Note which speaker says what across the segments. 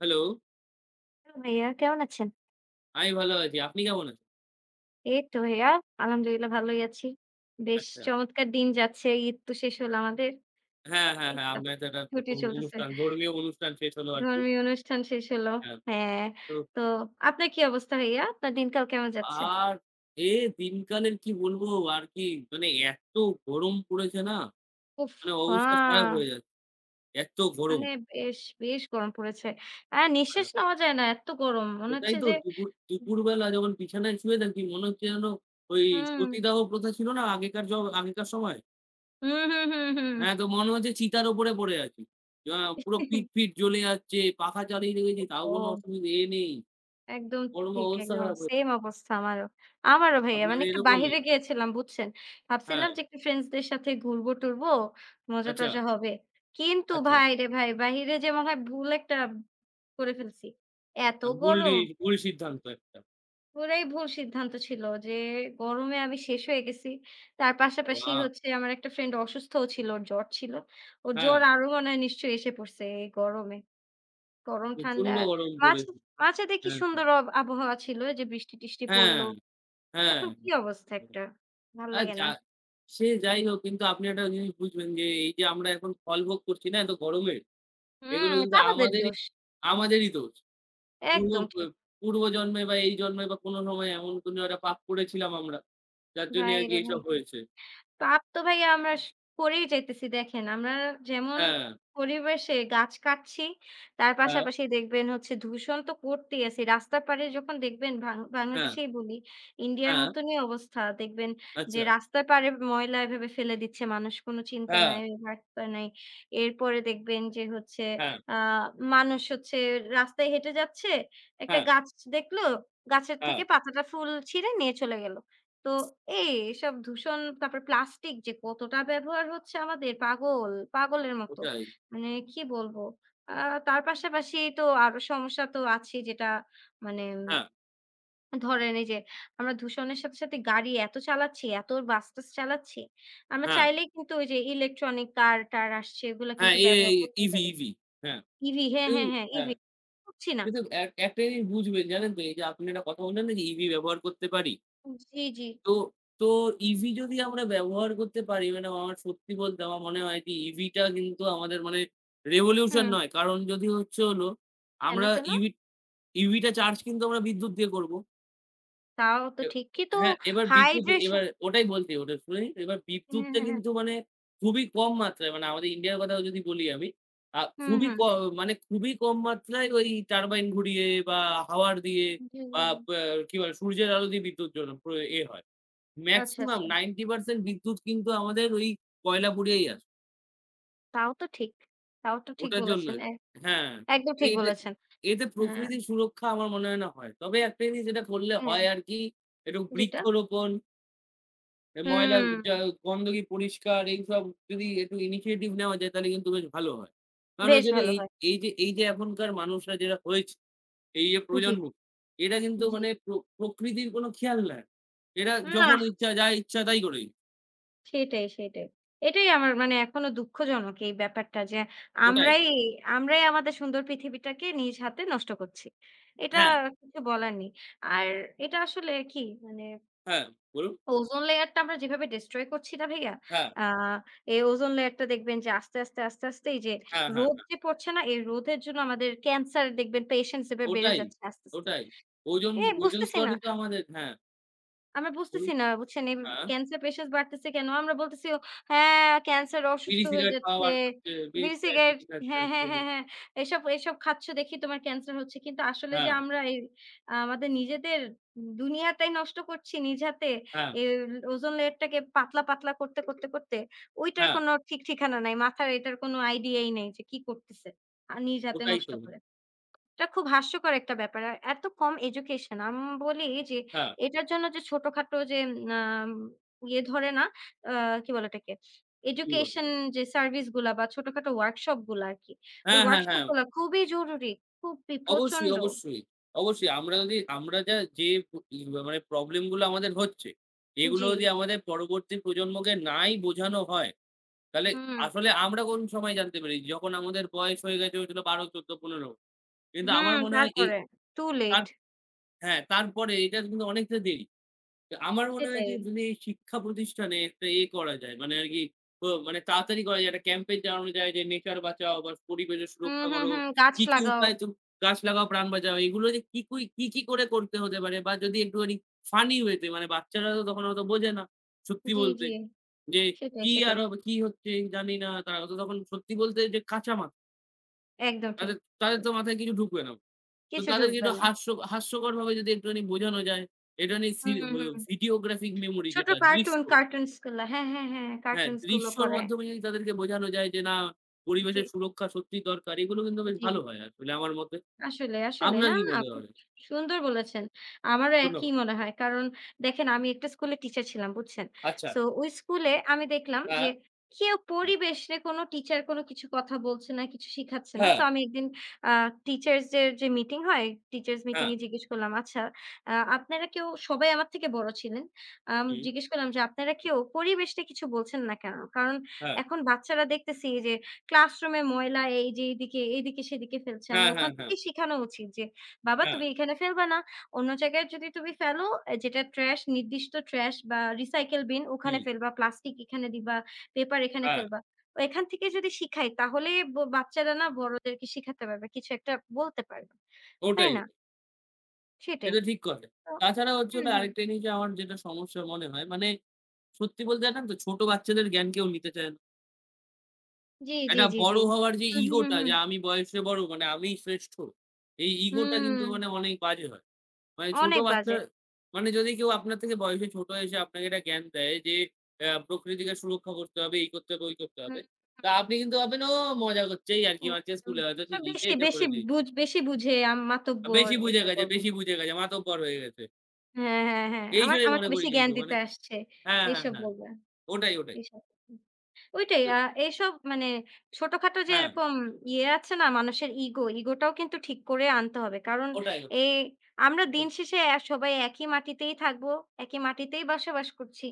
Speaker 1: Hello,
Speaker 2: hello ভাইয়া, কেমন আছেন?
Speaker 1: আমি ভালো আছি। আপনি কেমন আছেন?
Speaker 2: এই তো ভাইয়া, আলহামদুলিল্লাহ ভালোই আছি। বেশ
Speaker 1: আচ্ছা।
Speaker 2: চমৎকার দিন যাচ্ছে। ঈদ তো শেষ হলো আমাদের।
Speaker 1: হ্যাঁ, হ্যাঁ,
Speaker 2: এই
Speaker 1: হ্যাঁ।
Speaker 2: তো
Speaker 1: আমরা তো একটা
Speaker 2: ছুটি চলতেছে।
Speaker 1: অনুষ্ঠান, ধর্মীয় অনুষ্ঠান শেষ হলো আরকি।
Speaker 2: ধর্মীয় অনুষ্ঠান শেষ হলো।
Speaker 1: হ্যাঁ,
Speaker 2: হ্যাঁ,
Speaker 1: তো
Speaker 2: তো আপনার কি অবস্থা ভাইয়া? আপনার দিনকাল কেমন যাচ্ছে?
Speaker 1: আর এ দিনকালের কি বলবো আর কি মানে এত গরম পড়েছে না, মানে
Speaker 2: উফফা!
Speaker 1: অবস্থা খারাপ হয়ে যাচ্ছে। এত গরম।
Speaker 2: মানে বেশ গরম পড়েছে। হ্যাঁ,
Speaker 1: হ্যাঁ,
Speaker 2: নিঃশ্বাস নেওয়া যায় না। এত গরম। মনে
Speaker 1: ওটাই
Speaker 2: হচ্ছে
Speaker 1: তো
Speaker 2: যে
Speaker 1: দুপুর দুপুরবেলা যখন বিছানায় শুয়ে থাকি মনে হচ্ছে যেন ওই
Speaker 2: হুম,
Speaker 1: সতীদাহ প্রথা ছিল না আগেকার আগেকার সময়?
Speaker 2: হুম, হুম, হুম, হুম।
Speaker 1: হ্যাঁ, তো মনে হচ্ছে চিতার ওপরে পড়ে আছি। আ পুরো পিঠ, পিঠ জ্বলে যাচ্ছে, পাখা চালিয়ে রেখেছি তাও কোনো
Speaker 2: ওহহো!
Speaker 1: অসুবিধে নেই।
Speaker 2: একদম
Speaker 1: ওর ম
Speaker 2: ঠিক,
Speaker 1: অবস্থা
Speaker 2: একদম
Speaker 1: খারাপ হয়ে
Speaker 2: সেম অবস্থা আমারও। আমারও ভাইয়া
Speaker 1: আপনার
Speaker 2: মানে একটু
Speaker 1: এরকমই।
Speaker 2: বাহিরে গিয়েছিলাম, বুঝছেন?
Speaker 1: হ্যাঁ,
Speaker 2: ভাবছিলাম যে একটু ফ্রেন্ডসদের সাথে ঘুরবো-টুরবো,
Speaker 1: আচ্ছা,
Speaker 2: মজা-টজা হবে। কিন্তু
Speaker 1: আচ্ছা।
Speaker 2: ভাইরে ভাই, বাহিরে যে মনে হয় ভুল একটা করে ফেলছি। এত
Speaker 1: আ ভুলই
Speaker 2: গরম,
Speaker 1: ভুল সিদ্ধান্ত একটা।
Speaker 2: পুরাই ভুল সিদ্ধান্ত ছিল যে গরমে আমি শেষ হয়ে গেছি। তার পাশাপাশি
Speaker 1: বাবা!
Speaker 2: হচ্ছে আমার একটা ফ্রেন্ড অসুস্থও ছিল, ওর জ্বর ছিল। ওর
Speaker 1: হ্যাঁ,
Speaker 2: জ্বর আরো মনে হয় নিশ্চয়ই এসে পড়ছে এই গরমে। গরম ঠান্ডা।
Speaker 1: প্রচন্ড গরম
Speaker 2: মাঝ
Speaker 1: পড়েছে।
Speaker 2: মাঝরাতে কি
Speaker 1: হ্যাঁ,
Speaker 2: সুন্দর আবহাওয়া ছিল, এই যে বৃষ্টি-টিষ্টি
Speaker 1: হ্যাঁ,
Speaker 2: পড়ল।
Speaker 1: হ্যাঁ।
Speaker 2: এখন কি অবস্থা একটা? ভাল
Speaker 1: আর
Speaker 2: লাগে
Speaker 1: যা
Speaker 2: না।
Speaker 1: সে যাই হোক কিন্তু আপনি একটা জিনিস বুঝবেন যে এই যে আমরা এখন ফল ভোগ করছি না এত গরমের,
Speaker 2: হুম,
Speaker 1: এগুলো
Speaker 2: এটা
Speaker 1: কিন্তু
Speaker 2: আমাদের
Speaker 1: আমাদেরই
Speaker 2: দোষ।
Speaker 1: আমাদেরই দোষ। পূর্ব
Speaker 2: একদম
Speaker 1: এ
Speaker 2: ঠিক।
Speaker 1: পূর্ব জন্মে বা এই জন্মে বা কোনো সময় এমন কোনো একটা পাপ করেছিলাম আমরা। যার জন্যে আরকি
Speaker 2: ভাইরে ভাই।
Speaker 1: এসব হয়েছে।
Speaker 2: পাপ তো ভাইয়া আমরা করেই যাইতেছি। দেখেন আমরা যেমন
Speaker 1: হ্যাঁ,
Speaker 2: পরিবেশে গাছ কাটছি, তার
Speaker 1: হ্যাঁ,
Speaker 2: পাশাপাশি দেখবেন হচ্ছে দূষণ তো করতেই আছি। রাস্তার পাড়ে যখন দেখবেন,
Speaker 1: হ্যাঁ,
Speaker 2: বাংলাদেশেই বলি, ইন্ডিয়ার
Speaker 1: হ্যাঁ,
Speaker 2: মতনই অবস্থা। দেখবেন যে
Speaker 1: আচ্ছা।
Speaker 2: রাস্তার পাড়ে ময়লা এভাবে ফেলে দিচ্ছে মানুষ, কোনো চিন্তা
Speaker 1: হ্যাঁ,
Speaker 2: নাই, বার্তা নাই। এরপরে দেখবেন যে হচ্ছে
Speaker 1: হ্যাঁ,
Speaker 2: আ মানুষ হচ্ছে রাস্তায় হেঁটে যাচ্ছে, একটা
Speaker 1: হ্যাঁ।
Speaker 2: গাছ দেখলো, গাছের
Speaker 1: হ্যাঁ,
Speaker 2: থেকে পাতাটা ফুল ছিঁড়ে নিয়ে চলে গেল। তো এই সব দূষণ, তারপর প্লাস্টিক যে কতটা ব্যবহার হচ্ছে আমাদের, পাগল, পাগলের মতো।
Speaker 1: ওটাই।
Speaker 2: মানে কি বলবো? আ তার পাশাপাশি তো আরো সমস্যা তো আছেই, যেটা মানে
Speaker 1: হ্যাঁ,
Speaker 2: ধরেন এই যে আমরা দূষণের সাথে, সাথে গাড়ি এত চালাচ্ছি, এত বাস-টাস চালাচ্ছি। আমরা
Speaker 1: হ্যাঁ,
Speaker 2: চাইলেই কিন্তু ওই যে ইলেকট্রনিক কার-টার আসছে, এগুলা
Speaker 1: হ্যাঁ,
Speaker 2: কিন্তু
Speaker 1: এ এই
Speaker 2: ব্যবহার করতে
Speaker 1: ইভি,
Speaker 2: পারি।
Speaker 1: ইভি। হ্যাঁ,
Speaker 2: ইভি, হ্যাঁ,
Speaker 1: কিন্তু
Speaker 2: হ্যাঁ, হ্যাঁ,
Speaker 1: হ্যাঁ,
Speaker 2: ইভি করছি না।
Speaker 1: কিন্তু এক একটা জিনিস বুঝবেন জানেন তো? এই যে আপনি একটা কথা বললেন না যে ইভি ব্যবহার করতে পারি।
Speaker 2: জি, জি।
Speaker 1: তো তো ইভি যদি আমরা ব্যবহার করতে পারি মানে আমার সত্যি বলতে আমার মনে হয় যে ইভিটা কিন্তু আমাদের মানে রেভলিউশন
Speaker 2: হুম।
Speaker 1: নয়। কারণ যদি হচ্ছে হলো
Speaker 2: কেন,
Speaker 1: আমরা
Speaker 2: কেন?
Speaker 1: ইভিটা চার্জ কিন্তু আমরা বিদ্যুৎ দিয়ে করব।
Speaker 2: তাও তো
Speaker 1: এ
Speaker 2: ঠিক। কিন্তু
Speaker 1: হ্যাঁ, এবার বিদ্যুৎ
Speaker 2: হাইড্রেশন,
Speaker 1: এবার ওটাই বলতে ওটা শুনে নিন। এবার
Speaker 2: হ্যাঁ,
Speaker 1: বিদ্যুৎটা
Speaker 2: হ্যাঁ, হ্যাঁ।
Speaker 1: কিন্তু মানে খুবই কম মাত্রায় মানে আমাদের ইন্ডিয়ার কথাও যদি বলি আমি, আ
Speaker 2: হুম,
Speaker 1: খুবই
Speaker 2: হুম।
Speaker 1: ক মানে খুবই কম মাত্রায় ওই টারবাইন ঘুরিয়ে বা হাওয়ার দিয়ে
Speaker 2: জি, জি,
Speaker 1: বা
Speaker 2: জি।
Speaker 1: বা কি বলে সূর্যের আলো দিয়ে বিদ্যুৎ জন্য প্র এ হয়।
Speaker 2: আচ্ছা,
Speaker 1: মেক্সিমাম
Speaker 2: আচ্ছা।
Speaker 1: 90% বিদ্যুৎ কিন্তু আমাদের ওই কয়লা পুড়িয়েই আসে।
Speaker 2: তাও তো ঠিক। তাও তো ঠিক
Speaker 1: ওটার
Speaker 2: বলেছেন।
Speaker 1: জন্যই হ্যাঁ,
Speaker 2: একদম
Speaker 1: তো
Speaker 2: ঠিক
Speaker 1: এতে
Speaker 2: বলেছেন।
Speaker 1: এতে
Speaker 2: আ
Speaker 1: প্রকৃতির সুরক্ষা আমার মনে হয় না হয়। তবে একটা জিনিস যেটা করলে
Speaker 2: হ্যাঁ,
Speaker 1: হয় আর কি, একটু
Speaker 2: যেটা?
Speaker 1: বৃক্ষরোপণ ময়লা
Speaker 2: হুম,
Speaker 1: যা গন্ধ কি পরিষ্কার এইসব যদি একটু ইনিশিয়েটিভ নেওয়া যায় তাহলে কিন্তু বেশ ভালো হয়। কারণ
Speaker 2: বেশ
Speaker 1: হচ্ছে হলো
Speaker 2: ভালো
Speaker 1: এই
Speaker 2: হয়।
Speaker 1: এই যে এই যে এখনকার মানুষরা যারা হয়েছে, এই যে
Speaker 2: জি,
Speaker 1: প্রজন্ম, এরা কিন্তু
Speaker 2: জি।
Speaker 1: মানে প্রকৃতির কোনো খেয়াল নাই। এরা যখন
Speaker 2: নাহ,
Speaker 1: ইচ্ছা যা ইচ্ছা তাই করে।
Speaker 2: সেটাই, সেটাই। এটাই আমার মানে এখনো দুঃখজনক এই ব্যাপারটা যে
Speaker 1: ওটাই।
Speaker 2: আমরাই আমরাই আমাদের সুন্দর পৃথিবীটাকে নিজ হাতে নষ্ট করছি। এটা,
Speaker 1: হ্যাঁ,
Speaker 2: কিছু বলার নেই। আর এটা আসলে কি মানে
Speaker 1: হ্যাঁ, বলুন।
Speaker 2: ওজোন লেয়ারটা আমরা যেভাবে destroy করছি না ভাইয়া,
Speaker 1: হ্যাঁ,
Speaker 2: আ এই ওজোন লেয়ারটা দেখবেন যে আস্তে, আস্তে, আস্তে, আস্তে এই যে
Speaker 1: হ্যাঁ, হ্যাঁ,
Speaker 2: রোদ
Speaker 1: হ্যাঁ।
Speaker 2: যে পড়ছে না, এই রোদের জন্য আমাদের ক্যান্সার দেখবেন পেশেন্টস এভাবে বেড়ে
Speaker 1: ওটাই,
Speaker 2: যাচ্ছে আস্তে, আস্তে।
Speaker 1: ওটাই। ওজন ওজন
Speaker 2: বুঝতেছি না।
Speaker 1: স্তরই তো আমাদের হ্যাঁ,
Speaker 2: আমরা
Speaker 1: বলুন।
Speaker 2: বুঝতেছি না, বুঝছেন? এই
Speaker 1: হ্যাঁ,
Speaker 2: ক্যান্সার পেশেন্টস বাড়তেছে কেন? আমরা বলতেছি ও হ্যাঁ, ক্যান্সার
Speaker 1: বিড়ি
Speaker 2: অসুস্থ হয়ে
Speaker 1: সিগারেট খাওয়া
Speaker 2: যাচ্ছে।
Speaker 1: বার করছে, বিড়ি
Speaker 2: বিড়ি
Speaker 1: সিগারেট
Speaker 2: সিগারেট,
Speaker 1: বিড়ি খাচ্ছে
Speaker 2: হ্যাঁ,
Speaker 1: হচ্ছে।
Speaker 2: হ্যাঁ, হ্যাঁ, হ্যাঁ। এসব, এসব খাচ্ছ দেখি তোমার ক্যান্সার হচ্ছে। কিন্তু আসলে যে
Speaker 1: হ্যাঁ,
Speaker 2: আমরা এই আমাদের নিজেদের দুনিয়াটাই নষ্ট করছি নিজ হাতে।
Speaker 1: হ্যাঁ,
Speaker 2: এই ওজোন লেয়ারটাকে পাতলা, পাতলা করতে, করতে, করতে ওইটার
Speaker 1: হ্যাঁ,
Speaker 2: কোনো ঠিক ঠিকানা নাই। মাথার এটার কোনো আইডিয়াই নেই যে কি করতেছে। আর নিজ হাতে
Speaker 1: ওটাই
Speaker 2: নষ্ট
Speaker 1: তো।
Speaker 2: করে। এটা খুব হাস্যকর একটা ব্যাপার। আর এত কম এডুকেশন। আমি বলি যে
Speaker 1: হ্যাঁ,
Speaker 2: এটার জন্য যে ছোটখাটো যে আম ইয়ে ধরে না, আ কি বলে ওটাকে?
Speaker 1: কি বলেন?
Speaker 2: এডুকেশন, যে সার্ভিস গুলা বা ছোটখাটো ওয়ার্কশপ গুলা আরকি। ওই
Speaker 1: হ্যাঁ, হ্যাঁ,
Speaker 2: ওয়ার্কশপ
Speaker 1: হ্যাঁ।
Speaker 2: গুলা খুবই জরুরি। খুবই
Speaker 1: অবশ্যই,
Speaker 2: প্রচন্ড।
Speaker 1: অবশ্যই, অবশ্যই। আমরা যদি আমরা যা যে প ই মানে প্রবলেম গুলো আমাদের হচ্ছে, এগুলো
Speaker 2: জি।
Speaker 1: যদি আমাদের পরবর্তী প্রজন্মকে নাই বোঝানো হয়, তাহলে
Speaker 2: হুম,
Speaker 1: আসলে আমরা কোন সময় জানতে পারি? যখন আমাদের বয়স হয়ে গেছে হয়েছিল 12, 14, 15। কিন্তু আমার
Speaker 2: হুম,
Speaker 1: মনে হয় এই
Speaker 2: তারপরে টু
Speaker 1: তার
Speaker 2: লেট।
Speaker 1: হ্যাঁ, তারপরে এটা কিন্তু অনেকটা দেরি। আমার মনে হয়
Speaker 2: সেটাই।
Speaker 1: যে মানে এই শিক্ষা প্রতিষ্ঠানে একটা করা যায়। মানে আরকি মানে তাড়াতাড়ি করা যায়। একটা ক্যাম্পেইন চালানো যায় যে নেচার বাঁচাও বা পরিবেশের
Speaker 2: হুম,
Speaker 1: সুরক্ষা
Speaker 2: হুম,
Speaker 1: করো।
Speaker 2: হুম। গাছ
Speaker 1: কি, কি
Speaker 2: লাগাও।
Speaker 1: উপায়ে তুমি গাছ লাগাও প্রাণ বাঁচাও। এগুলো যে কি, কি করে করতে হতে পারে বা যদি একটুখানি ফানি ওয়েতে মানে বাচ্চারা তো তখন অত বোঝে না। সত্যি
Speaker 2: জি,
Speaker 1: বলতে
Speaker 2: জি।
Speaker 1: যে
Speaker 2: সেটাই,
Speaker 1: কি আর
Speaker 2: সেটাই।
Speaker 1: হবে কি হচ্ছে জানি না। তারা তো তখন সত্যি বলতে যে কাঁচা মাথা।
Speaker 2: একদম ঠিক,
Speaker 1: তাদের তাদের
Speaker 2: একদম
Speaker 1: তো
Speaker 2: ঠিক।
Speaker 1: মাথায় কিছু ঢুকবে না। তো
Speaker 2: কিছু
Speaker 1: তাদেরকে
Speaker 2: ঢুকবে
Speaker 1: একটু
Speaker 2: না।
Speaker 1: হাস্যকরভাবে যদি একটুখানি বোঝানো যায়, এটা নিয়ে সি
Speaker 2: হুম,
Speaker 1: ও
Speaker 2: হুম।
Speaker 1: ভিডিওগ্রাফিক মেমোরি
Speaker 2: ছোট
Speaker 1: যেটা
Speaker 2: কার্টুন, কার্টুনস গুলা। হ্যাঁ, হ্যাঁ, হ্যাঁ।
Speaker 1: হ্যাঁ,
Speaker 2: কার্টুনস গুলো
Speaker 1: দৃশ্যর
Speaker 2: করে।
Speaker 1: মাধ্যমে যদি তাদেরকে বোঝানো যায় যে না
Speaker 2: জি,
Speaker 1: পরিবেশের সুরক্ষা সত্যিই দরকার। এগুলো কিন্তু বেশ
Speaker 2: জি।
Speaker 1: ভালো হয় আসলে আমার মতে।
Speaker 2: আসলে, আসলে।
Speaker 1: আপনার
Speaker 2: না,
Speaker 1: কি
Speaker 2: না,
Speaker 1: মনে
Speaker 2: খুব
Speaker 1: হয়?
Speaker 2: সুন্দর বলেছেন। আমারও একই
Speaker 1: ধন্যবাদ।
Speaker 2: মনে হয়। কারণ দেখেন আমি একটা স্কুলে টিচার ছিলাম, বুঝছেন?
Speaker 1: আচ্ছা।
Speaker 2: সো ওই স্কুলে আমি দেখলাম
Speaker 1: আ
Speaker 2: যে কেউ পরিবেশ নিয়ে, কোনো টিচার কোনো কিছু কথা বলছে না, কিছু শিখাচ্ছে না।
Speaker 1: হ্যাঁ,
Speaker 2: সো আমি একদিন আ টিচার্স দের যে মিটিং হয়, টিচার্স মিটিং
Speaker 1: হ্যাঁ,
Speaker 2: এ জিজ্ঞেস করলাম, "আচ্ছা আপনারা কেউ", সবাই আমার থেকে বড় ছিলেন।
Speaker 1: হুম,
Speaker 2: জিজ্ঞেস করলাম যে, "আপনারা
Speaker 1: হুম,
Speaker 2: কেউ পরিবেশ নিয়ে কিছু বলছেন না কেন?" কারণ
Speaker 1: হ্যাঁ,
Speaker 2: এখন বাচ্চারা দেখতেছি যে ক্লাসরুমে ময়লা এই যে এইদিকে, এইদিকে, সেদিকে ফেলছে। আমরা
Speaker 1: হ্যাঁ, হ্যাঁ,
Speaker 2: ওখান
Speaker 1: হ্যাঁ,
Speaker 2: থেকেই শেখানো উচিত যে, "বাবা
Speaker 1: হ্যাঁ,
Speaker 2: তুমি এখানে ফেলবা না। অন্য জায়গায় যদি তুমি ফেলো, যেটা ট্রাশ, নির্দিষ্ট ট্রাশ বা রিসাইকেল বিন, ওখানে
Speaker 1: হুম,
Speaker 2: ফেলবা, প্লাস্টিক এখানে দিবা, পেপার এখানে
Speaker 1: হ্যাঁ,
Speaker 2: ফেলবা।" তো এখান থেকে যদি শিখাই তাহলে বাচ্চারা না বড়দেরকে শিখাতে পারবে। কিছু একটা বলতে পারবে। তাই
Speaker 1: ওটাই,
Speaker 2: না?
Speaker 1: ওটাই।
Speaker 2: সেটাই।
Speaker 1: এটা ঠিক কথা।
Speaker 2: তো
Speaker 1: তাছাড়া হচ্ছে
Speaker 2: হুম,
Speaker 1: হলো
Speaker 2: হুম।
Speaker 1: আরেকটা জিনিস যে আমার যেটা সমস্যা মনে হয় মানে সত্যি বলতে জানেন তো ছোট বাচ্চাদের জ্ঞান কেউ নিতে চায় না।
Speaker 2: জি, জি,
Speaker 1: একটা
Speaker 2: জি, জি।
Speaker 1: বড় হওয়ার যে
Speaker 2: হুম, হুম, হুম,
Speaker 1: ইগোটা
Speaker 2: হুম।
Speaker 1: যে আমি বয়সে বড় মানে আমিই শ্রেষ্ঠ। এই ইগোটা কিন্তু
Speaker 2: হুম,
Speaker 1: মানে অনেক বাজে হয়। মানে ছোট
Speaker 2: অনেক
Speaker 1: বাচ্চা
Speaker 2: বাজে।
Speaker 1: মানে যদি কেউ আপনার থেকে বয়সে ছোট এসে আপনাকে একটা জ্ঞান দেয় যে প্রকৃতিকে সুরক্ষা করতে হবে, এই করতে হবে, ওই করতে হবে।
Speaker 2: হুম, হুম।
Speaker 1: তা আপনি কিন্তু ভাববেন, "ও মজা করছে এই আরকি মারছে
Speaker 2: একদম।
Speaker 1: স্কুলে হয়তো শিখিয়েছে
Speaker 2: বেশি,
Speaker 1: এসে
Speaker 2: বেশি
Speaker 1: বলে দিয়েছে।
Speaker 2: বুঝ বেশি বুঝে মাতব্বর
Speaker 1: বেশি বুঝে
Speaker 2: এসব
Speaker 1: গেছে,
Speaker 2: বলবা।
Speaker 1: বেশি বুঝে গেছে, মাতব্বর হয়ে গেছে।"
Speaker 2: হ্যাঁ, হ্যাঁ, হ্যাঁ।
Speaker 1: এই
Speaker 2: আমার,
Speaker 1: হিসেবে
Speaker 2: আমাকে
Speaker 1: মনে করি
Speaker 2: বেশি
Speaker 1: কিন্তু
Speaker 2: জ্ঞান
Speaker 1: মানে
Speaker 2: দিতে আসছে।
Speaker 1: হ্যাঁ, হ্যাঁ,
Speaker 2: এইসব
Speaker 1: হ্যাঁ।
Speaker 2: বলবা।
Speaker 1: ওটাই, ওটাই।
Speaker 2: এইসব। ওইটাই
Speaker 1: উ
Speaker 2: এসব মানে ছোটখাটো যে
Speaker 1: হ্যাঁ,
Speaker 2: এরকম ইয়ে আছে না, মানুষের ইগো, ইগোটাও কিন্তু ঠিক করে আনতে হবে। কারণ
Speaker 1: ওটাই,
Speaker 2: এ
Speaker 1: ওটাই।
Speaker 2: আমরা
Speaker 1: হুম,
Speaker 2: দিন শেষে সবাই একই মাটিতেই থাকবো, একই মাটিতেই বসবাস করছি।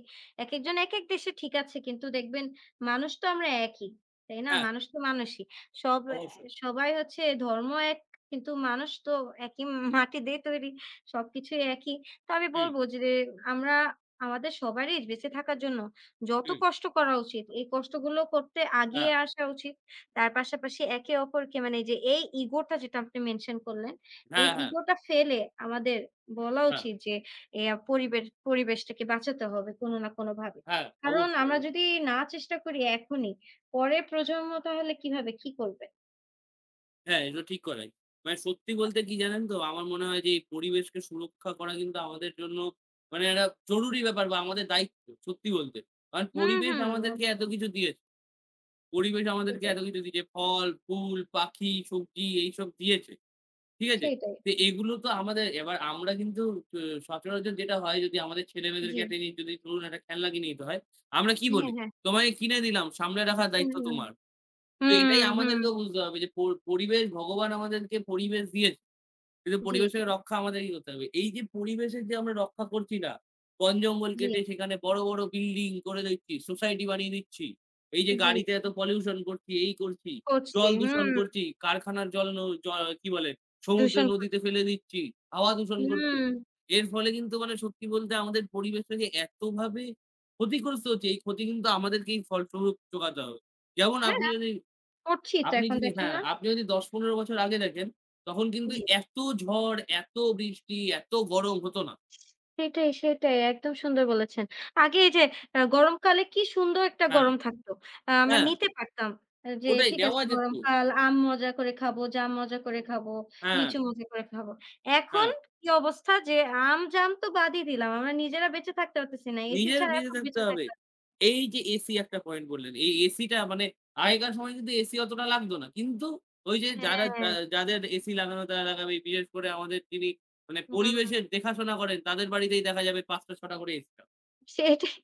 Speaker 2: একেকজন একেক দেশে ঠিক আছে, কিন্তু দেখবেন মানুষ তো আমরা একই, তাই না?
Speaker 1: হ্যাঁ,
Speaker 2: মানুষ তো মানুষই। সব এ
Speaker 1: অবশ্যই।
Speaker 2: সবাই হচ্ছে ধর্ম এক কিন্তু মানুষ তো একই মাটি দিয়ে তৈরি। সবকিছুই একই। তো আমি
Speaker 1: হুম,
Speaker 2: বলব যে আমরা আমাদের সবারই বেঁচে থাকার জন্য যত
Speaker 1: হুম।
Speaker 2: কষ্ট করা উচিত, এই কষ্টগুলো করতে
Speaker 1: হ্যাঁ,
Speaker 2: আগিয়ে আসা উচিত। তার পাশাপাশি একে অপরকে মানে যে এই ইগোটা যেটা আপনি মেনশন করলেন, এই
Speaker 1: হ্যাঁ, হ্যাঁ,
Speaker 2: ইগোটা ফেলে আমাদের বলা
Speaker 1: হ্যাঁ।
Speaker 2: উচিত যে এ পরিবেশটাকে বাঁচাতে হবে কোনো না কোনোভাবে।
Speaker 1: হ্যাঁ,
Speaker 2: কারণ
Speaker 1: অবশ্যই,
Speaker 2: আমরা
Speaker 1: অবশ্যই।
Speaker 2: যদি না চেষ্টা করি এখনই, পরের প্রজন্ম তাহলে কিভাবে কি করবে?
Speaker 1: হ্যাঁ, এটা ঠিক কথাই। মানে সত্যি বলতে কি জানেন তো? আমার মনে হয় যে এই পরিবেশকে সুরক্ষা করা কিন্তু আমাদের জন্য মানে একটা জরুরি ব্যাপার বা আমাদের দায়িত্ব সত্যি বলতে। কারণ
Speaker 2: হুম,
Speaker 1: পরিবেশ
Speaker 2: হুম,
Speaker 1: আমাদেরকে এত
Speaker 2: অবশ্যই।
Speaker 1: কিছু দিয়েছে। পরিবেশ আমাদেরকে
Speaker 2: সেটাই,
Speaker 1: এত কিছু দিয়েছে। ফল, ফুল, পাখি, সবজি এইসব দিয়েছে। ঠিক আছে?
Speaker 2: সেইটাই।
Speaker 1: তো এগুলো তো আমাদের এবার আমরা কিন্তু চ সচরাচর যেটা হয় যদি আমাদের
Speaker 2: জি।
Speaker 1: ছেলেমেয়েদেরকে একটা জিনিস যদি ধরুন একটা খেলনা কিনে দিতে হয়, আমরা কি
Speaker 2: হ্যাঁ,
Speaker 1: বলি?
Speaker 2: হ্যাঁ।
Speaker 1: "তোমাকে কিনে দিলাম, সামলে রাখার
Speaker 2: হুম,
Speaker 1: দায়িত্ব
Speaker 2: হুম।
Speaker 1: তোমার।" তো এটাই
Speaker 2: হুম, হুম।
Speaker 1: আমাদেরকেও বুঝতে হবে যে, পরিবেশ ভগবান আমাদেরকে পরিবেশ দিয়েছে। কিন্তু
Speaker 2: জি, জি,
Speaker 1: পরিবেশের রক্ষা আমাদেরই করতে হবে। এই যে পরিবেশের যে আমরা রক্ষা করছি না, বন-জঙ্গল
Speaker 2: জি,
Speaker 1: কেটে সেখানে বড়, বড় বিল্ডিং করে দিচ্ছি, সোসাইটি বানিয়ে দিচ্ছি। এই যে
Speaker 2: জি,
Speaker 1: গাড়িতে
Speaker 2: জি।
Speaker 1: এত পলিউশন করছি, এই করছি,
Speaker 2: করছি।
Speaker 1: জল
Speaker 2: হুম,
Speaker 1: দূষণ করছি, কারখানার জল ন জ কি বলে? সমুদ্রে
Speaker 2: দূষণ করছি।
Speaker 1: নদীতে ফেলে দিচ্ছি, হাওয়া দূষণ করছি।
Speaker 2: হুম।
Speaker 1: এর ফলে কিন্তু মানে সত্যি বলতে আমাদের পরিবেশটাকে এতভাবে ক্ষতিগ্রস্ত হচ্ছে, এই ক্ষতি কিন্তু আমাদেরকেই ফলস্বরূপ চোকাতে হবে। যেমন
Speaker 2: হ্যাঁ,
Speaker 1: আপনি যদি
Speaker 2: করছি তো
Speaker 1: আপনি
Speaker 2: এখন,
Speaker 1: যদি
Speaker 2: দেখেন
Speaker 1: হ্যাঁ,
Speaker 2: না?
Speaker 1: আপনি যদি 10-15 বছর আগে দেখেন, তখন কিন্তু
Speaker 2: জি।
Speaker 1: এত ঝড়, এত বৃষ্টি, এত গরম হতো না।
Speaker 2: সেটাই, সেটাই। একদম সুন্দর বলেছেন। আগে এই যে গরমকালে কি সুন্দর একটা
Speaker 1: হ্যাঁ,
Speaker 2: গরম থাকতো। আমরা
Speaker 1: হ্যাঁ,
Speaker 2: নিতে পারতাম। যে
Speaker 1: ওটাই
Speaker 2: ঠিক আছে
Speaker 1: নেওয়া যেত।
Speaker 2: গরমকাল, আম মজা করে খাবো, জাম মজা করে খাবো,
Speaker 1: হ্যাঁ,
Speaker 2: লিচু মজা করে খাবো। এখন
Speaker 1: হ্যাঁ,
Speaker 2: কি অবস্থা যে আম, জাম তো বাদই দিলাম। আমরা নিজেরা বেঁচে থাকতে পারতেছি না। এসি
Speaker 1: নিজের
Speaker 2: ছাড়া
Speaker 1: বেঁচে
Speaker 2: এখন
Speaker 1: থাকতে
Speaker 2: বেঁচে
Speaker 1: হবে।
Speaker 2: থাকতে পারতেছি না।
Speaker 1: এই যে এসি একটা পয়েন্ট বললেন, এই এসিটা মানে আগেকার সময় কিন্তু এসি অতটা লাগতো না। কিন্তু ওই যে যারা যা
Speaker 2: হ্যাঁ,
Speaker 1: যাদের এসি লাগানো তারা লাগাবে। বিশেষ করে আমাদের যিনি মানে
Speaker 2: হুম।
Speaker 1: পরিবেশের দেখাশোনা করেন তাদের বাড়িতেই দেখা যাবে 5 টা 6 টা করে এসি।
Speaker 2: সেটাই,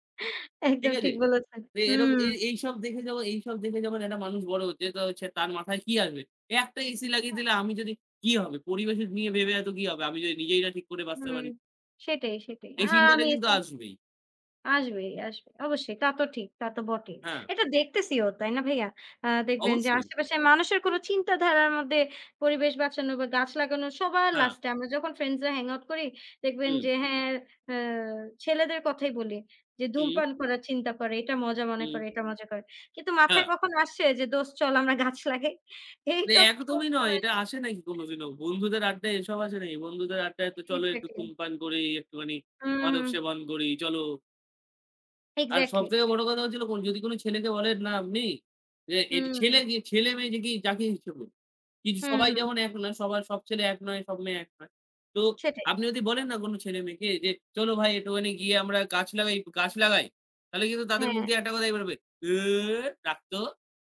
Speaker 1: ঠিক
Speaker 2: একদম
Speaker 1: আছে?
Speaker 2: ঠিক বলেছেন।
Speaker 1: এ এরকম
Speaker 2: হুম,
Speaker 1: এ এইসব দেখে যখন এইসব দেখে যখন একটা মানুষ বড় হচ্ছে, তো হচ্ছে তার মাথায় কি আসবে? একটা এসি লাগিয়ে দিলে আমি যদি কি হবে? পরিবেশ নিয়ে ভেবে এত কি হবে? আমি যদি নিজেই না ঠিক করে বাঁচতে
Speaker 2: হুম।
Speaker 1: পারি।
Speaker 2: সেটাই, সেটাই।
Speaker 1: এই চিন্তাটা
Speaker 2: আমি
Speaker 1: কিন্তু
Speaker 2: এসি
Speaker 1: আসবেই।
Speaker 2: আসবেই, আসবে। অবশ্যই, তা তো ঠিক, তা তো বটেই।
Speaker 1: হ্যাঁ,
Speaker 2: এটা দেখতেছিও, তাই না ভাইয়া? দেখবেন যে
Speaker 1: অবশ্যই।
Speaker 2: আশেপাশে মানুষের কোনো চিন্তাধারার মধ্যে পরিবেশ বাঁচানো বা গাছ লাগানো সবার
Speaker 1: হ্যাঁ,
Speaker 2: লাস্টে, আমরা যখন ফ্রেন্ডসরা হ্যাং আউট করি, দেখবেন
Speaker 1: হুম,
Speaker 2: যে হ্যাঁ, আ ছেলেদের কথাই বলি যে
Speaker 1: হুম,
Speaker 2: ধূমপান করার চিন্তা করে, এটা মজা মনে
Speaker 1: হুম,
Speaker 2: করে, এটা মজা করে। কিন্তু মাথায়
Speaker 1: হ্যাঁ।
Speaker 2: কখনো আসছে যে দোস্ত চল আমরা গাছ লাগাই? এই সব
Speaker 1: একদমই নয়।
Speaker 2: সবসময়
Speaker 1: এটা আসে নাকি কোনদিনও? বন্ধুদের আড্ডায় এসব আসে নাকি? বন্ধুদের আড্ডায় তো চলো একটু
Speaker 2: এক্সাক্টলি।
Speaker 1: ধূমপান করি, একটুখানি
Speaker 2: হুম,
Speaker 1: মাদক
Speaker 2: হুম।
Speaker 1: সেবন করি, চলো আর
Speaker 2: এক্সাক্টলি।
Speaker 1: সবথেকে বড় কথা হচ্ছিল কোন যদি কোন ছেলেকে বলেন না আপনি যে
Speaker 2: হুম,
Speaker 1: ছেলে কি ছেলে মেয়ে যে কি যাকে ইচ্ছে করুন। কিছু
Speaker 2: হুম,
Speaker 1: সবাই
Speaker 2: হুম।
Speaker 1: যেমন এক না সবার সব ছেলে এক নয়, সব মেয়ে এক নয়। তো
Speaker 2: সেটাই।
Speaker 1: আপনি যদি বলেন না কোন ছেলে মেয়েকে যে, "চলো ভাই একটুখানি গিয়ে আমরা গাছ লাগাই।" তাহলে কিন্তু তাদের মুখ
Speaker 2: হ্যাঁ।
Speaker 1: দিয়ে একটা কথাই বেরোবে, "এ রাখ তো।"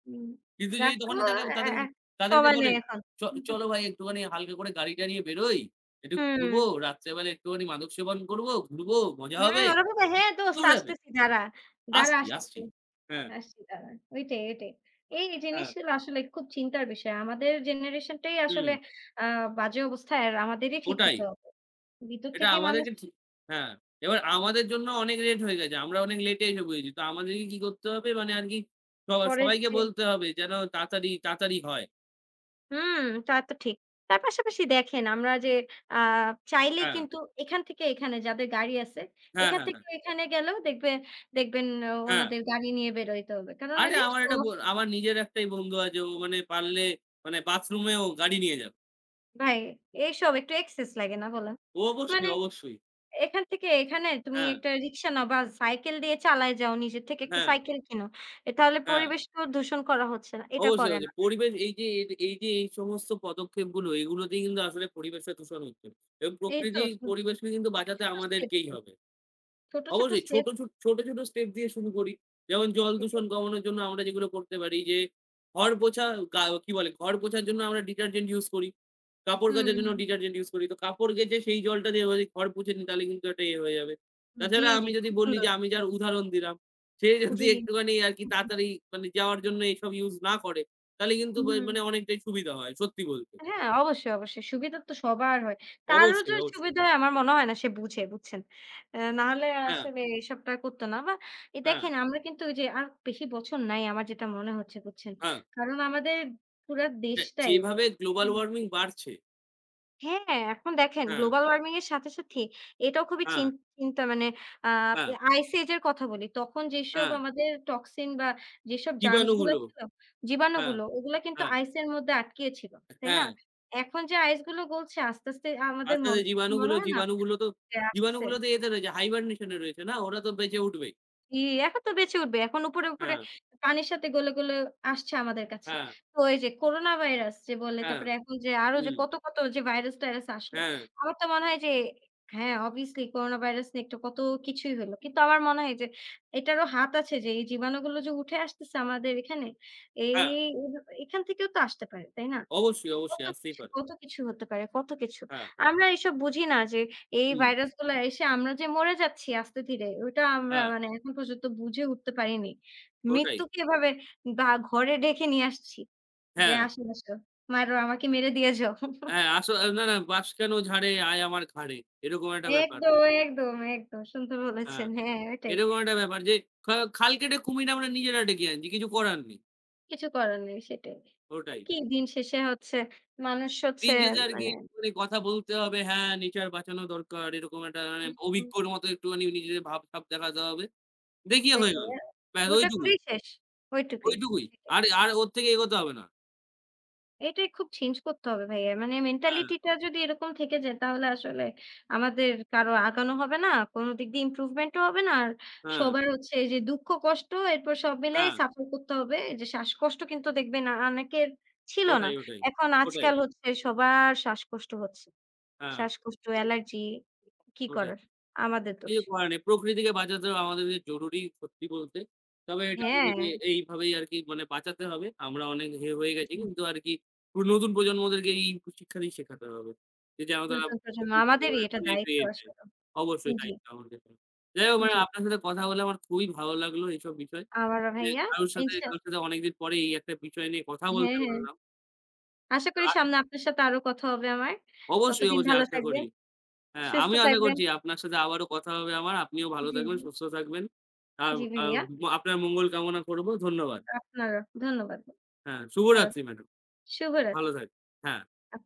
Speaker 2: হুম,
Speaker 1: কিন্তু যদি
Speaker 2: রাখতো
Speaker 1: তখনই তাকে
Speaker 2: এ
Speaker 1: তাদের
Speaker 2: এ
Speaker 1: তাদেরকে
Speaker 2: সময় নেই
Speaker 1: বলেন,
Speaker 2: এখন।
Speaker 1: "চ চলো ভাই একটুখানি হালকা করে গাড়িটা নিয়ে বেরোই। একটু
Speaker 2: হুম,
Speaker 1: ঘুরবো, রাত্রেবেলা একটুখানি মাদক সেবন করবো, ঘুরবো, মজা
Speaker 2: হুম,
Speaker 1: হবে।"
Speaker 2: ওরা বলবে, "হ্যাঁ দোস্ত
Speaker 1: দৌড়াবে।
Speaker 2: আসতেছি দাঁড়া, দাঁড়া
Speaker 1: "আসছি,
Speaker 2: আসতেছি,
Speaker 1: আসছি।" হ্যাঁ।
Speaker 2: আসছি দাঁড়া।" ওইটাই, ওইটাই। এই
Speaker 1: হ্যাঁ,
Speaker 2: জিনিসগুলো আসলে খুব চিন্তার বিষয়। আমাদের জেনারেশনটাই
Speaker 1: হুম,
Speaker 2: আসলে আ বাজে অবস্থায়, আর আমাদেরই ঠিক
Speaker 1: ওটাই।
Speaker 2: হতে হবে। ভিতর
Speaker 1: এটা
Speaker 2: থেকে মানুষ,
Speaker 1: আমাদেরকে ঠিক হ্যাঁ, এবার আমাদের জন্য অনেক লেট হয়ে গেছে। আমরা অনেক লেটে এসে বুঝেছি। তো আমাদেরকে কি করতে হবে মানে আরকি
Speaker 2: পরের
Speaker 1: সবাইকে
Speaker 2: যে
Speaker 1: বলতে হবে যেন তাড়াতাড়ি, তাড়াতাড়ি হয়।
Speaker 2: হুম, তা তো ঠিক। তার পাশাপাশি দেখেন আমরা যে আ চাইলেই
Speaker 1: হ্যাঁ,
Speaker 2: কিন্তু এখান থেকে এখানে, যাদের গাড়ি আছে,
Speaker 1: হ্যাঁ,
Speaker 2: এখান
Speaker 1: হ্যাঁ, হ্যাঁ,
Speaker 2: থেকে এখানে গেলেও দেখবে, দেখবেন
Speaker 1: হ্যাঁ।
Speaker 2: ওনাদের গাড়ি নিয়ে বেরোইতে হবে। কারণ ওই
Speaker 1: আরে
Speaker 2: যে শো অফ।
Speaker 1: আমার নিজের একটাই বন্ধু আছে। ও মানে পারলে মানে বাথরুমেও গাড়ি নিয়ে যাবে।
Speaker 2: ভাই এইসব একটু এক্সেস লাগে না বলেন?
Speaker 1: ও অবশ্যই,
Speaker 2: মানে
Speaker 1: অবশ্যই।
Speaker 2: এখান থেকে এখানে তুমি
Speaker 1: হ্যাঁ,
Speaker 2: একটা রিক্সা নাও, বা সাইকেল দিয়ে চালায় যাও, নিজের থেকে একটা
Speaker 1: হ্যাঁ,
Speaker 2: সাইকেল কিনো। তাহলে
Speaker 1: হ্যাঁ।
Speaker 2: পরিবেশকেও দূষণ করা হচ্ছে না। এটা
Speaker 1: অবশ্যই,
Speaker 2: করে না।
Speaker 1: অবশ্যই। পরিবেশ এই যে এ এই যে এই সমস্ত পদক্ষেপগুলো এগুলোতেই কিন্তু আসলে পরিবেশটা দূষণ হচ্ছে। এবং
Speaker 2: এই তো
Speaker 1: প্রকৃতি
Speaker 2: ছোট,
Speaker 1: পরিবেশকে কিন্তু বাঁচাতে
Speaker 2: ছোট স্টেপ,
Speaker 1: আমাদেরকেই হবে।
Speaker 2: ছোট, ছোট
Speaker 1: অবশ্যই ছোট,
Speaker 2: স্টেপ
Speaker 1: ছোট ছোট, ছোট স্টেপ দিয়ে শুরু করি। যেমন জল
Speaker 2: থেকে।
Speaker 1: দূষণ কমানোর জন্য আমরা যেগুলো করতে পারি যে ঘর পোছা গা কি বলে? ঘর পোছার জন্য আমরা ডিটারজেন্ট ইউজ করি। কাপড়
Speaker 2: হুম,
Speaker 1: কাচার জন্য
Speaker 2: হুম।
Speaker 1: ডিটারজেন্ট ইউজ করি। তো কাপড় কেচে সেই জলটা দিয়ে যদি ঘর পুছে নিই তাহলে কিন্তু একটা ইয়ে হয়ে যাবে।
Speaker 2: জি,
Speaker 1: তাছাড়া আমি
Speaker 2: জি,
Speaker 1: যদি
Speaker 2: খুব
Speaker 1: বলি যে
Speaker 2: সুন্দর।
Speaker 1: আমি যার উদাহরণ দিলাম, সে যদি
Speaker 2: জি।
Speaker 1: একটুখানি আরকি তাড়াতাড়ি মানে যাওয়ার জন্য এসব ইউজ না করে তাহলে কিন্তু
Speaker 2: হুম।
Speaker 1: মানে অনেকটাই সুবিধা হয় সত্যি বলতে।
Speaker 2: হ্যাঁ, অবশ্যই, অবশ্যই। সুবিধা তো সবার হয়। তারও যে
Speaker 1: অবশ্যই, অবশ্যই।
Speaker 2: সুবিধা হয়, আমার মনে হয় না সে বুঝে, বুঝছেন? নাহলে
Speaker 1: হ্যাঁ,
Speaker 2: আসলে এসবটা করত না। বা
Speaker 1: হ্যাঁ,
Speaker 2: দেখেন আমরা কিন্তু ওই যে আর বেশি বছর নাই, আমার যেটা মনে হচ্ছে, বুঝছেন?
Speaker 1: হ্যাঁ।
Speaker 2: কারণ আমাদের পুরা
Speaker 1: যে
Speaker 2: দেশটাই,
Speaker 1: যেভাবে গ্লোবাল ওয়ার্মিং বাড়ছে।
Speaker 2: হ্যাঁ, এখন দেখেন
Speaker 1: হ্যাঁ,
Speaker 2: গ্লোবাল ওয়ার্মিং এর সাথে, সাথে এটাও খুবই
Speaker 1: হ্যাঁ,
Speaker 2: চিন্তা মানে আ
Speaker 1: হ্যাঁ।
Speaker 2: আইস এজ এর কথা বলি। তখন যেসব
Speaker 1: হ্যাঁ,
Speaker 2: আমাদের টক্সিন বা যেসব জার্মস গুলো
Speaker 1: জীবাণুগুলো।
Speaker 2: ছিল,
Speaker 1: হ্যাঁ,
Speaker 2: জীবাণুগুলো, ওগুলা কিন্তু
Speaker 1: হ্যাঁ,
Speaker 2: আইসের মধ্যে আটকিয়ে ছিল। তাই না?
Speaker 1: হ্যাঁ।
Speaker 2: এখন যে আইসগুলো গলছে আস্তে, আস্তে, আমাদের
Speaker 1: আস্তে, আস্তে
Speaker 2: মনে
Speaker 1: জীবাণুগুলো
Speaker 2: হয় না
Speaker 1: জীবাণুগুলো তো
Speaker 2: যে আসতেছে।
Speaker 1: জীবাণুগুলো তো এতে রয়েছে hibernation এ রয়েছে না? ওরা তো বেঁচে উঠবেই।
Speaker 2: জি, এখন তো বেঁচে উঠবে। এখন উপরে, উপরে
Speaker 1: হ্যাঁ,
Speaker 2: পানির সাথে গলে, গলে আসছে আমাদের কাছে।
Speaker 1: হ্যাঁ,
Speaker 2: তো এই যে করোনা ভাইরাস যে বললে,
Speaker 1: হ্যাঁ,
Speaker 2: তারপরে এখন যে আরো যে
Speaker 1: হুম,
Speaker 2: কত, কত যে ভাইরাস-টাইরাস আসলো।
Speaker 1: হ্যাঁ,
Speaker 2: আমার তো মনে হয় যে হ্যাঁ, obviously করোনা ভাইরাস নিয়ে একটা কত কিছুই হলো। কিন্তু আমার মনে হয় যে এটারও হাত আছে, যে এই জীবাণুগুলো যে উঠে আসতেছে আমাদের এখানে,
Speaker 1: হ্যাঁ।
Speaker 2: এই এখান থেকেও তো আসতে পারে, তাই না?
Speaker 1: অবশ্যই,
Speaker 2: কত
Speaker 1: অবশ্যই আসতেই
Speaker 2: কিছু,
Speaker 1: পারে।
Speaker 2: কত কিছু হতে পারে, কত কিছু।
Speaker 1: হ্যাঁ,
Speaker 2: আমরা এসব বুঝি না যে এই
Speaker 1: হুম,
Speaker 2: ভাইরাসগুলা এসে আমরা যে মরে যাচ্ছি আস্তে ধীরে, ওটা আমরা
Speaker 1: হ্যাঁ,
Speaker 2: মানে এখন পর্যন্ত বুঝে উঠতে পারিনি।
Speaker 1: ওটাই।
Speaker 2: মৃত্যুকে এভাবে বা ঘরে ডেকে নিয়ে আসছি যে,
Speaker 1: হ্যাঁ,
Speaker 2: "আসো, আসো। মারো, আমাকে মেরে দিয়ে যাও।"
Speaker 1: হ্যাঁ, আস না, না, "বাঁশ কেন ঝাড়ে আয় আমার ঘাড়ে।" এরকম একটা ব্যাপার।
Speaker 2: একদম, একদম, একদম। সুন্দর
Speaker 1: হ্যাঁ,
Speaker 2: বলেছেন। হ্যাঁ, ওইটাই।
Speaker 1: এরকম একটা ব্যাপার যে খাল কেটে কুমির আমরা নিজেরা ডেকে আনছি। কিছু করার নেই।
Speaker 2: কিছু করার নেই, সেটাই। আর
Speaker 1: ওটাই।
Speaker 2: কি দিন শেষে হচ্ছে মানুষ হচ্ছে
Speaker 1: রিঞ্জাজে আরকি
Speaker 2: মানে
Speaker 1: একটুখানি কথা বলতে হবে, হ্যাঁ, নেচার বাঁচানো দরকার। এরকম একটা মানে
Speaker 2: হুম, হুম,
Speaker 1: অভিজ্ঞর মতো একটুখানি নিজেদের ভাব সাব দেখাতে হবে। দেখিয়ে হয়ে
Speaker 2: ওইটাই।
Speaker 1: গেল। ব্যাস
Speaker 2: ওটা
Speaker 1: ওইটুকুই,
Speaker 2: করেই শেষ। ওইটুকুই।
Speaker 1: ওইটুকুই।
Speaker 2: সেটাই।
Speaker 1: আর আর ওর থেকে এগোতে হবে না।
Speaker 2: এটাই খুব চেঞ্জ করতে হবে ভাইয়া। মানে
Speaker 1: হ্যাঁ,
Speaker 2: মেন্টালিটিটা যদি এরকম থেকে যায় তাহলে আসলে আমাদের কারো আগানো হবে না। কোনো দিক দিয়ে ইমপ্রুভমেন্টও হবে না। আর
Speaker 1: হ্যাঁ,
Speaker 2: সবার হচ্ছে এই যে দুঃখ, কষ্ট, এরপর সব মিলাই
Speaker 1: হ্যাঁ।
Speaker 2: সাফার করতে হবে। এই যে শ্বাসকষ্ট কিন্তু দেখবেন অনেকের ছিল না।
Speaker 1: ওটাই, ওটাই।
Speaker 2: এখন
Speaker 1: ওটাই।
Speaker 2: আজকাল হচ্ছে সবার শ্বাসকষ্ট হচ্ছে।
Speaker 1: হ্যাঁ,
Speaker 2: শ্বাসকষ্ট, অ্যালার্জি, কি
Speaker 1: ওটাই।
Speaker 2: করার? আমাদের দোষ।
Speaker 1: ইয়ে করা নেই। প্রকৃতিকে বাঁচাতে হবে আমাদের যে জরুরি সত্যি বলতে। তবে এটা
Speaker 2: হ্যাঁ।
Speaker 1: আমাদেরকে এইভাবেই আরকি মানে বাঁচাতে হবে। আমরা অনেক হয়ে গেছি
Speaker 2: জি,
Speaker 1: কিন্তু
Speaker 2: জি।
Speaker 1: আরকি পুরো নতুন প্রজন্মদেরকে এই শিক্ষাটাই শেখাতে হবে। যে যেন তারা
Speaker 2: নতুন প্রজন্ম,
Speaker 1: প্রকৃতির
Speaker 2: আমাদেরই
Speaker 1: উপরে
Speaker 2: এটা
Speaker 1: মানে একটু
Speaker 2: দায়িত্ব
Speaker 1: ইয়ে দেয়।
Speaker 2: আসলে।
Speaker 1: অবশ্যই
Speaker 2: জি,
Speaker 1: দায়িত্ব আমাদের। যাই হোক মানে
Speaker 2: জি।
Speaker 1: আপনার সাথে কথা বলে আমার খুবই ভালো লাগলো এইসব বিষয়।
Speaker 2: আমারও
Speaker 1: যে
Speaker 2: ভাইয়া,
Speaker 1: কারোর সাথে
Speaker 2: ইনশা,
Speaker 1: কারোর সাথে অনেকদিন পরে এই একটা বিষয় নিয়ে কথা
Speaker 2: হ্যাঁ,
Speaker 1: বলতে
Speaker 2: হ্যাঁ।
Speaker 1: পারলাম।
Speaker 2: আশা করি
Speaker 1: আ
Speaker 2: সামনে আপনার সাথে আরো কথা হবে আমার।
Speaker 1: অবশ্যই,
Speaker 2: ততদিন
Speaker 1: অবশ্যই
Speaker 2: ভালো
Speaker 1: আশা করি।
Speaker 2: থাকবেন,
Speaker 1: হ্যাঁ,
Speaker 2: সুস্থ
Speaker 1: আমিও আশা
Speaker 2: থাকবেন।
Speaker 1: করছি আপনার সাথে আবারও কথা হবে আমার। আপনিও ভালো
Speaker 2: জি,
Speaker 1: থাকবেন,
Speaker 2: জি।
Speaker 1: সুস্থ থাকবেন। আর
Speaker 2: জি,
Speaker 1: আর
Speaker 2: ভাইয়া।
Speaker 1: আপনার মঙ্গল কামনা করব। ধন্যবাদ।
Speaker 2: আপনারও। ধন্যবাদ।
Speaker 1: হ্যাঁ,
Speaker 2: ভালো,
Speaker 1: শুভরাত্রি ম্যাডাম।
Speaker 2: শুভরাত।
Speaker 1: ভালো থাক হ্যাঁ।
Speaker 2: আপ